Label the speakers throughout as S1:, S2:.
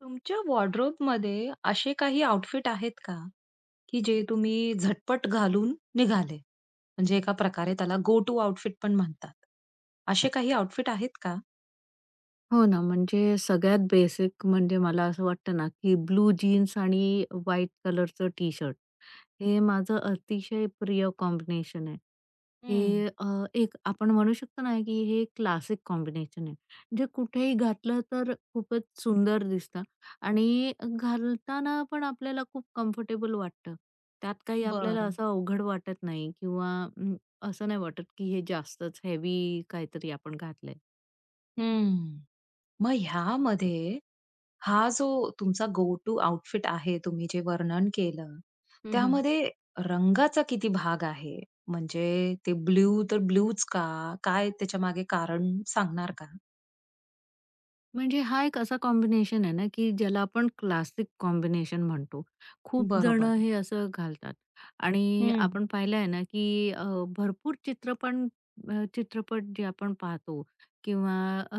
S1: तुमच्या वॉर्डरोबमध्ये असे काही आउटफिट आहेत का, की जे तुम्ही झटपट घालून निघाले? म्हणजे एका प्रकारे त्याला गो टू आउटफिट पण म्हणतात. असे काही आउटफिट आहेत का?
S2: हो ना, म्हणजे सगळ्यात बेसिक म्हणजे मला असं वाटतं ना, की ब्लू जीन्स आणि व्हाईट कलरचं टी-शर्ट हे माझं अतिशय प्रिय कॉम्बिनेशन आहे.
S1: हं.
S2: हे अ, एक आपण म्हणू शकतो ना, की हे क्लासिक कॉम्बिनेशन आहे. जे कुठेही घातलं तर खूपच सुंदर दिसतं आणि घालताना पण आपल्याला खूप कम्फर्टेबल वाटतं. त्यात काही आपल्याला
S1: बरं.
S2: असं अवघड वाटत नाही किंवा अं, असं नाही वाटत, की हे जास्तच हेवी काहीतरी आपण घातलंय.
S1: हं. मग ह्यामध्ये हा जो तुमचा गो टू आउटफिट आहे, तुम्ही जे वर्णन केलं, त्यामध्ये रंगाचा किती भाग आहे? म्हणजे ते ब्लू तर ब्लूच का? काय त्याच्यामागे कारण सांगणार का?
S2: म्हणजे हा एक असा कॉम्बिनेशन आहे ना, की ज्याला आपण क्लासिक कॉम्बिनेशन म्हणतो. खूप जण
S1: बरोबर.
S2: हे असं घालतात आणि
S1: हं.
S2: आपण पाहिलं आहे ना, की भरपूर चित्रपट जे आपण पाहतो किंवा अ,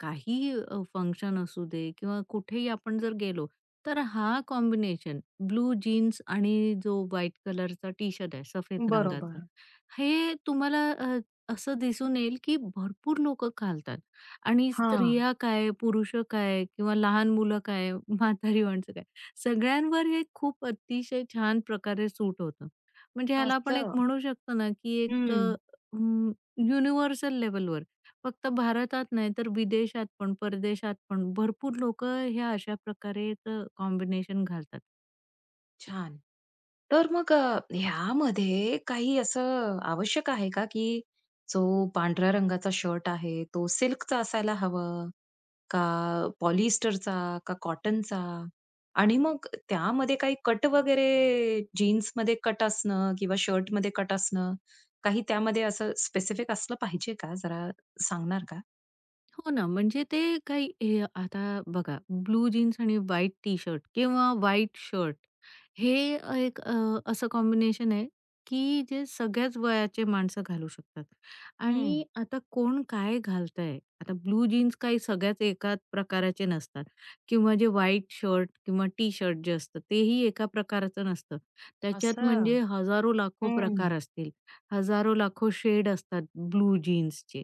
S2: काही फंक्शन असू दे किंवा कुठेही आपण जर गेलो, तर हा कॉम्बिनेशन ब्लू जीन्स आणि जो व्हाईट कलरचा टी-शर्ट आहे सफेद रंगाचा,
S1: बरोबर.
S2: हे तुम्हाला असं दिसून येईल, की भरपूर लोकं घालतात. आणि
S1: हां.
S2: स्त्रिया काय, पुरुष काय किंवा लहान मुलं काय, म्हातारी माणसं काय, सगळ्यांवर हे खूप अतिशय छान प्रकारे सूट होतं. म्हणजे ह्याला आपण एक
S1: असं.
S2: म्हणू शकतो ना, की एक
S1: हं.
S2: अं, युनिव्हर्सल लेव्हलवर फक्त भारतात नाही तर विदेशात पण, परदेशात पण भरपूर लोकं ह्या अशा प्रकारेचं कॉम्बिनेशन घालतात.
S1: छान. तर मग ह्यामध्ये काही असं आवश्यक आहे का, की जो पांढऱ्या रंगाचा शर्ट आहे, तो सिल्कचा असायला हवा का पॉलिएस्टरचा का कॉटनचा? आणि मग त्यामध्ये काही कट वगैरे जीन्समध्ये कट असणं किंवा शर्टमध्ये कट असणं, काही त्यामध्ये असं स्पेसिफिक असलं पाहिजे का? जरा सांगणार का?
S2: हो ना, म्हणजे ते काही हे आता बघा ब्लू जीन्स आणि व्हाईट टी-शर्ट किंवा व्हाईट शर्ट हे एक असं कॉम्बिनेशन आहे, की जे सगळ्याच वयाचे माणसं घालू शकतात.
S1: हं.
S2: आणि आता कोण काय घालतंय? आता ब्लू जीन्स काही सगळ्याच एकाच प्रकाराचे नसतात किंवा जे व्हाईट शर्ट किंवा टी-शर्ट जे असतं तेही एका प्रकाराचं नसतं. त्याच्यात
S1: असं.
S2: म्हणजे हजारो लाखो प्रकार
S1: हं.
S2: असतील. हजारो लाखो शेड असतात ब्लू जीन्सचे.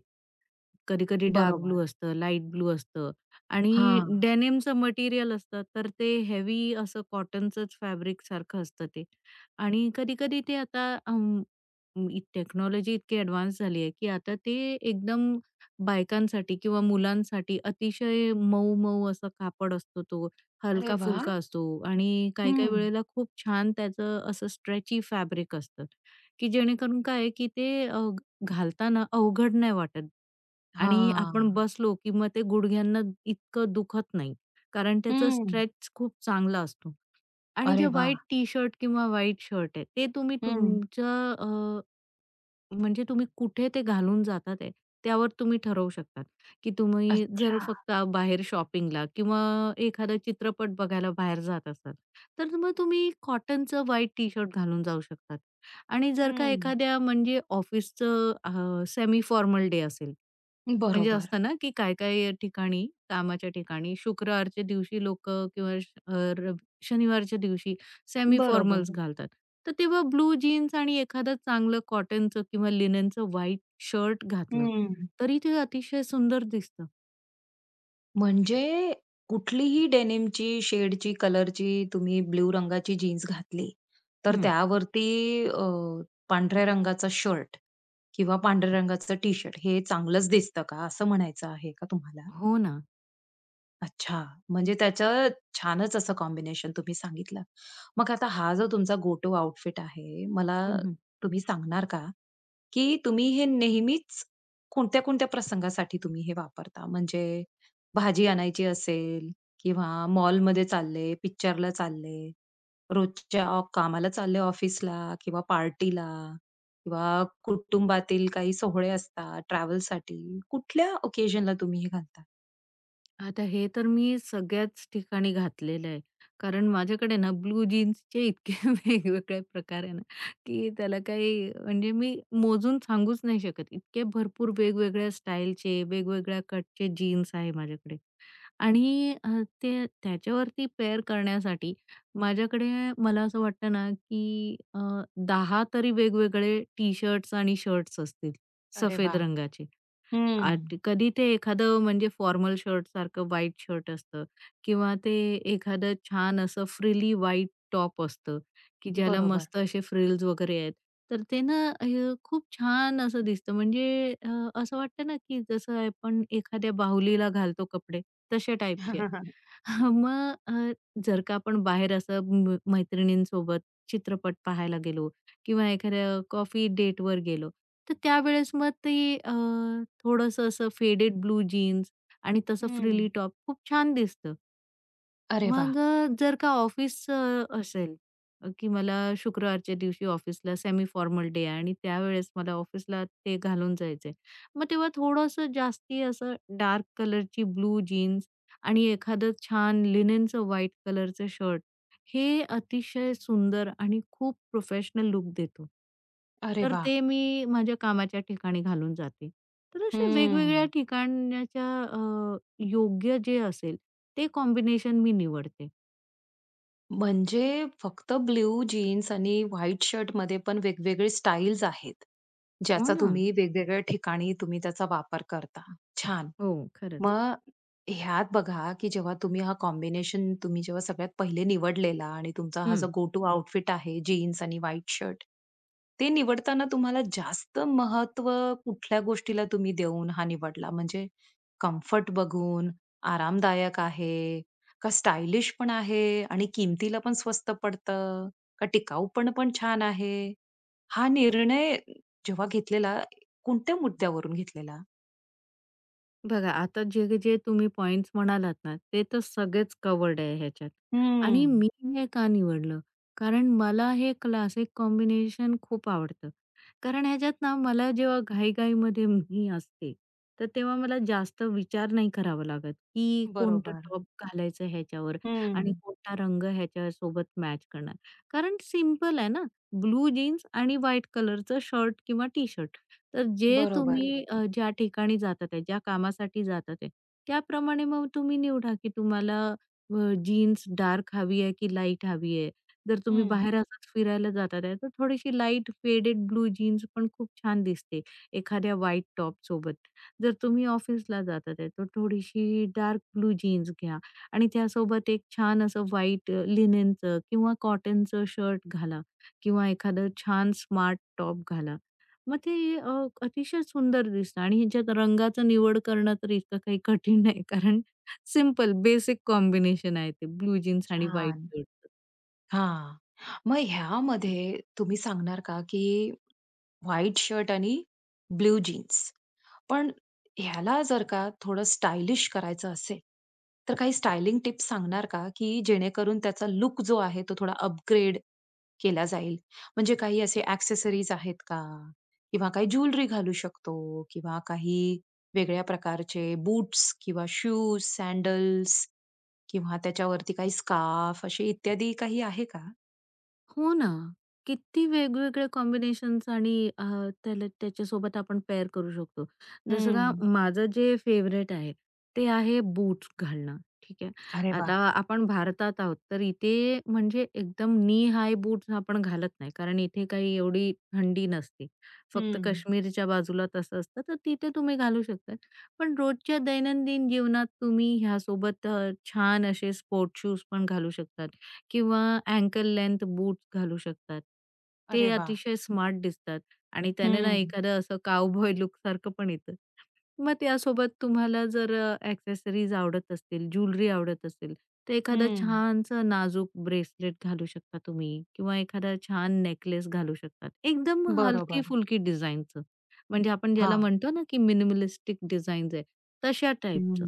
S2: कधी-कधी डार्क
S1: बरोबर.
S2: ब्लू असतं, लाईट ब्लू असतं
S1: हां.
S2: आणि डेनिमचं मटेरिअल असतं, तर ते हेवी असं कॉटनचंच फॅब्रिकसारखं असतं ते आणि कधी-कधी ते आता टेक्नॉलॉजी इतकी ॲडव्हान्स झाली आहे, की आता ते एकदम बायकांसाठी किंवा मुलांसाठी अतिशय मऊ-मऊ असा कापड असतो तो,
S1: अरे वाह!
S2: हलका-फुलका असतो आणि काही-काही
S1: हं.
S2: वेळेला खूप छान त्याचं असं स्ट्रेची फॅब्रिक असतं, की जेणेकरून काय आहे, की ते घालताना अवघड नाही वाटत. आणि
S1: हां.
S2: आपण बसलो की मग ते गुडघ्यांना इतकं दुखत नाही. कारण त्याचा
S1: हं.
S2: स्ट्रेच खूप चांगला असतो. आणि जे
S1: अरे वाह!
S2: व्हाईट टी-शर्ट किंवा व्हाईट शर्ट आहे, ते तुम्ही
S1: हं.
S2: तुमचं अ, म्हणजे तुम्ही कुठे ते घालून जातात आहे, त्यावर तुम्ही ठरवू शकतात, की तुम्ही जर
S1: अच्छा.
S2: फक्त बाहेर शॉपिंगला किंवा एखादा चित्रपट बघायला बाहेर जात असाल, तर मग तुम्ही कॉटनचं व्हाईट टी-शर्ट घालून जाऊ शकतात. आणि जर का
S1: हं.
S2: एखाद्या म्हणजे ऑफिसचं सेमी फॉर्मल डे असेल, म्हणजे
S1: बरोबर.
S2: असतं ना, की काही-काही ठिकाणी, कामाच्या ठिकाणी शुक्रवारच्या दिवशी लोकं किंवा रवि शनिवारच्या दिवशी सेमी
S1: बरोबर.
S2: फॉर्मल्स घालतात. तर तेव्हा ब्लू जीन्स आणि एखादं चांगलं कॉटनचं किंवा लिनेनचं व्हाईट शर्ट घातलं,
S1: हं.
S2: तरी ते अतिशय सुंदर दिसतं.
S1: म्हणजे कुठलीही डेनिमची, शेडची, कलरची तुम्ही ब्लू रंगाची जीन्स घातली, तर
S2: हं.
S1: त्यावरती अ, पांढऱ्या रंगाचा शर्ट किंवा पांढऱ्या रंगाचं टी-शर्ट हे चांगलंच दिसतं का, असं म्हणायचं आहे का तुम्हाला?
S2: हो ना.
S1: अच्छा. म्हणजे त्याचं छानच असं कॉम्बिनेशन तुम्ही सांगितलं. मग आता हा जो तुमचा गो टू आउटफिट आहे, मला तुम्ही सांगणार का, की तुम्ही हे नेहमीच कोणत्या-कोणत्या प्रसंगासाठी तुम्ही हे वापरता? म्हणजे भाजी आणायची असेल किंवा मॉलमध्ये चालले, पिक्चरला चालले, रोजच्या कामाला चालले ऑफिसला किंवा पार्टीला किंवा कुटुंबातील काही सोहळे असतात, ट्रॅव्हलसाठी कुठल्या ओकेशनला तुम्ही हे घालता?
S2: आता हे तर मी सगळ्याच ठिकाणी घातलेलं आहे. कारण माझ्याकडे ना ब्लू जीन्सचे इतके वेगवेगळे प्रकार आहे ना, की त्याला काही म्हणजे मी मोजून सांगूच नाही शकत. इतके भरपूर वेगवेगळ्या स्टाईलचे, वेगवेगळ्या कटचे जीन्स आहे माझ्याकडे. आणि ते त्याच्यावरती पेअर करण्यासाठी माझ्याकडे मला असं वाटतं ना, की 10 तरी वेगवेगळे टी-शर्ट्स आणि शर्ट्स असतील
S1: अरे
S2: सफेद
S1: वाह!
S2: रंगाचे.
S1: हं.
S2: आट कधी ते एखादं म्हणजे फॉर्मल शर्टसारखं व्हाईट शर्ट असतं किंवा ते एखादं छान असं फ्रिली व्हाईट टॉप असतं, की ज्याला
S1: बरोबर.
S2: मस्त असे फ्रिल्स वगैरे आहेत. तर ते ना खूप छान असं दिसतं म्हणजे असं वाटतं ना, की जसं आपण एखाद्या बाहुलीला घालतो कपडे तशा टाईपचे. हं. मग अ, जर का आपण बाहेर असं मैत्रिणींसोबत चित्रपट पाहायला गेलो किंवा एखाद्या कॉफी डेटवर गेलो, तर त्यावेळेस मग ते अ, थोडंसं असं फेडेड ब्लू जीन्स आणि तसं
S1: हं.
S2: फ्रिली टॉप खूप छान दिसतं.
S1: अरे वा,
S2: मग जर का ऑफिस असेल, की मला शुक्रवारच्या दिवशी ऑफिसला सेमी फॉर्मल डे आहे आणि त्यावेळेस मला ऑफिसला ते घालून जायचंय. मग तेव्हा थोडंसं जास्ती असं डार्क कलरची ब्लू जीन्स आणि एखादं छान लिनेनचं व्हाईट कलरचं शर्ट हे अतिशय सुंदर आणि खूप प्रोफेशनल लूक देतो.
S1: अरे
S2: तर
S1: वा,
S2: ते मी माझ्या कामाच्या ठिकाणी घालून जाते. तर अशा वेगवेगळ्या
S1: हं.
S2: ठिकाणाच्या अ, योग्य जे असेल ते कॉम्बिनेशन मी निवडते.
S1: म्हणजे फक्त ब्ल्यू जीन्स आणि व्हाईट शर्टमध्ये पण वेगवेगळे स्टाईल्स आहेत.
S2: हो
S1: ज्याचा
S2: ना.
S1: तुम्ही वेगवेगळ्या ठिकाणी तुम्ही त्याचा वापर करता. छान.
S2: हो, खरंच.
S1: मग ह्यात बघा, की जेव्हा तुम्ही हा कॉम्बिनेशन तुम्ही जेव्हा सगळ्यात पहिले निवडलेला आणि तुमचा हा जो
S2: हं.
S1: गो टू आउटफिट आहे जीन्स आणि व्हाईट शर्ट. ते निवडताना तुम्हाला जास्त महत्त्व कुठल्या गोष्टीला तुम्ही देऊन हा निवडला? म्हणजे कम्फर्ट बघून, आरामदायक आहे, का स्टायलिश पण आहे आणि किमतीला पण स्वस्त पडतं, का टिकाऊपण पण छान आहे? हा निर्णय जेव्हा घेतलेला, कोणत्या मुद्द्यावरून घेतलेला?
S2: बघा, आता जे जे तुम्ही पॉइंट्स म्हणालात ना, ते तर सगळेच कव्हर्ड आहे ह्याच्यात. आणि
S1: हं.
S2: मी हे का निवडलं? कारण मला हे क्लासिक कॉम्बिनेशन खूप आवडतं. कारण ह्याच्यात ना मला जेव्हा घाई-घाईमध्ये मी असते, तर तेव्हा मला जास्त विचार नाही करावा लागत, की कोणतं
S1: बरोबर.
S2: टॉप घालायचं ह्याच्यावर
S1: हं,
S2: आणि कोणता रंग ह्याच्यासोबत मॅच करणार. कारण सिंपल आहे ना, ब्लू जीन्स आणि व्हाईट कलरचं शर्ट किंवा टी-शर्ट. तर जे
S1: बरोबर.
S2: तुम्ही अ, ज्या ठिकाणी जातात आहे, ज्या कामासाठी जातात आहे, त्याप्रमाणे मग तुम्ही निवडा, की तुम्हाला जीन्स डार्क हवी आहे की लाईट हवी आहे. जर तुम्ही
S1: हं.
S2: बाहेर असंच फिरायला जातात आहे, तर थोडीशी लाईट फेडेड ब्लू जीन्स पण खूप छान दिसते एखाद्या व्हाईट टॉपसोबत. जर तुम्ही ऑफिसला जातात आहे, तर थोडीशी डार्क ब्लू जीन्स घ्या आणि त्यासोबत एक छान असं व्हाईट लिनेनचं किंवा कॉटनचं शर्ट घाला किंवा एखादं छान स्मार्ट टॉप घाला. मग ते अ, अतिशय सुंदर दिसतं आणि ह्याच्यात रंगाचं निवड करणं तर इतकं काही कठीण नाही कारण सिंपल बेसिक कॉम्बिनेशन आहे ते ब्लू जीन्स आणि व्हाईट
S1: छान.
S2: शर्ट.
S1: हां. मग ह्यामध्ये तुम्ही सांगणार का, की व्हाईट शर्ट आणि ब्लू जीन्स. पण ह्याला जर का थोडं स्टायलिश करायचं असेल, तर काही स्टायलिंग टिप्स सांगणार का, की जेणेकरून त्याचा लुक जो आहे तो थोडा अपग्रेड केला जाईल? म्हणजे काही असे एक्सेसरीज आहेत का? किंवा काही ज्वेलरी घालू शकतो किंवा काही वेगळ्या प्रकारचे बूट्स किंवा शूज, सॅडल्स किंवा त्याच्यावरती काही स्कार्फ असे इत्यादी काही आहे का?
S2: हो ना. किती वेगवेगळे कॉम्बिनेशन्स आणि त्याला त्याच्यासोबत आपण पेअर करू शकतो. जसं का
S1: हं.
S2: माझं जे फेवरेट आहे, ते आहे बूट्स घालणं. ठीक आहे.
S1: अरे
S2: आता
S1: वाह!
S2: आपण भारतात आहोत, तर इथे म्हणजे एकदम नी हाय बूट्स आपण घालत नाही, कारण इथे काही एवढी थंडी नसते. फक्त
S1: हं.
S2: काश्मीरच्या बाजूला तसं असतं, तर तिथे तुम्ही घालू शकता. पण रोजच्या दैनंदिन जीवनात तुम्ही ह्यासोबत छान असे स्पोर्ट शूज पण घालू शकता. किंवा अँकल लेंथ बूट घालू शकतात.
S1: अरे
S2: ते
S1: वा,
S2: अतिशय स्मार्ट दिसतात आणि त्याने ना
S1: हं,
S2: एखादं असं काउबॉय लुक सारखं पण येतं. मग त्यासोबत तुम्हाला जर आवडत असतील, ज्वेलरी आवडत असेल, तर एखादं
S1: हं.
S2: छानसं नाजूक ब्रेसलेट घालू शकता तुम्ही किंवा एखादा छान नेकलेस घालू शकतात. एकदम
S1: बरोबर.
S2: हलकी-फुलकी डिझाइनचं. म्हणजे आपण ज्याला
S1: हां.
S2: म्हणतो ना, की मिनिमलिस्टिक डिझाइन तशा
S1: हं.
S2: टाईपचं.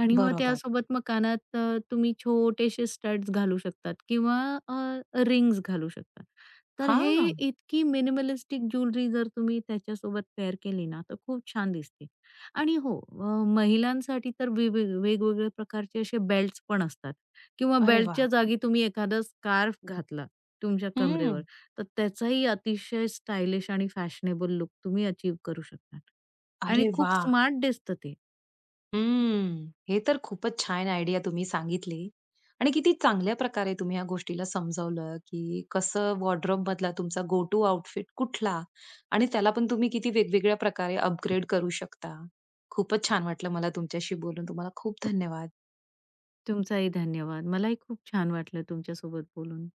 S2: आणि मग
S1: बरोबर.
S2: त्यासोबत मग कानात तुम्ही छोटेसे स्टड्स घालू शकतात किंवा अ, रिंग्स घालू शकतात. तर हे
S1: हां.
S2: इतकी मिनिमलिस्टिक ज्वेलरी जर तुम्ही त्याच्यासोबत पेअर केली ना, तर खूप छान दिसते. आणि हो, महिलांसाठी तर वेगवेगळ्या प्रकारचे असे बेल्ट्स पण असतात किंवा
S1: अरे वा,
S2: बेल्टच्या जागी तुम्ही एखादा स्कार्फ घातला तुमच्या कमरेवर,
S1: हं.
S2: तर त्याचाही अतिशय स्टायलिश आणि फॅशनेबल लूक तुम्ही अचीव्ह करू शकता. आणि
S1: अरे
S2: खूप
S1: वाह!
S2: स्मार्ट दिसतं ते.
S1: हम्म. हे तर खूपच छान आयडिया तुम्ही सांगितली आणि किती चांगल्या प्रकारे तुम्ही या गोष्टीला समजावलं, की कसं वॉर्डरोब मधला तुमचा गो टू आउटफिट कुठला आणि त्याला पण तुम्ही किती वेगवेगळ्या प्रकारे अपग्रेड करू शकता. खूपच छान वाटलं मला तुमच्याशी बोलून. तुम्हाला खूप धन्यवाद.
S2: तुमचाही धन्यवाद. मलाही खूप छान वाटलं तुमच्यासोबत बोलून.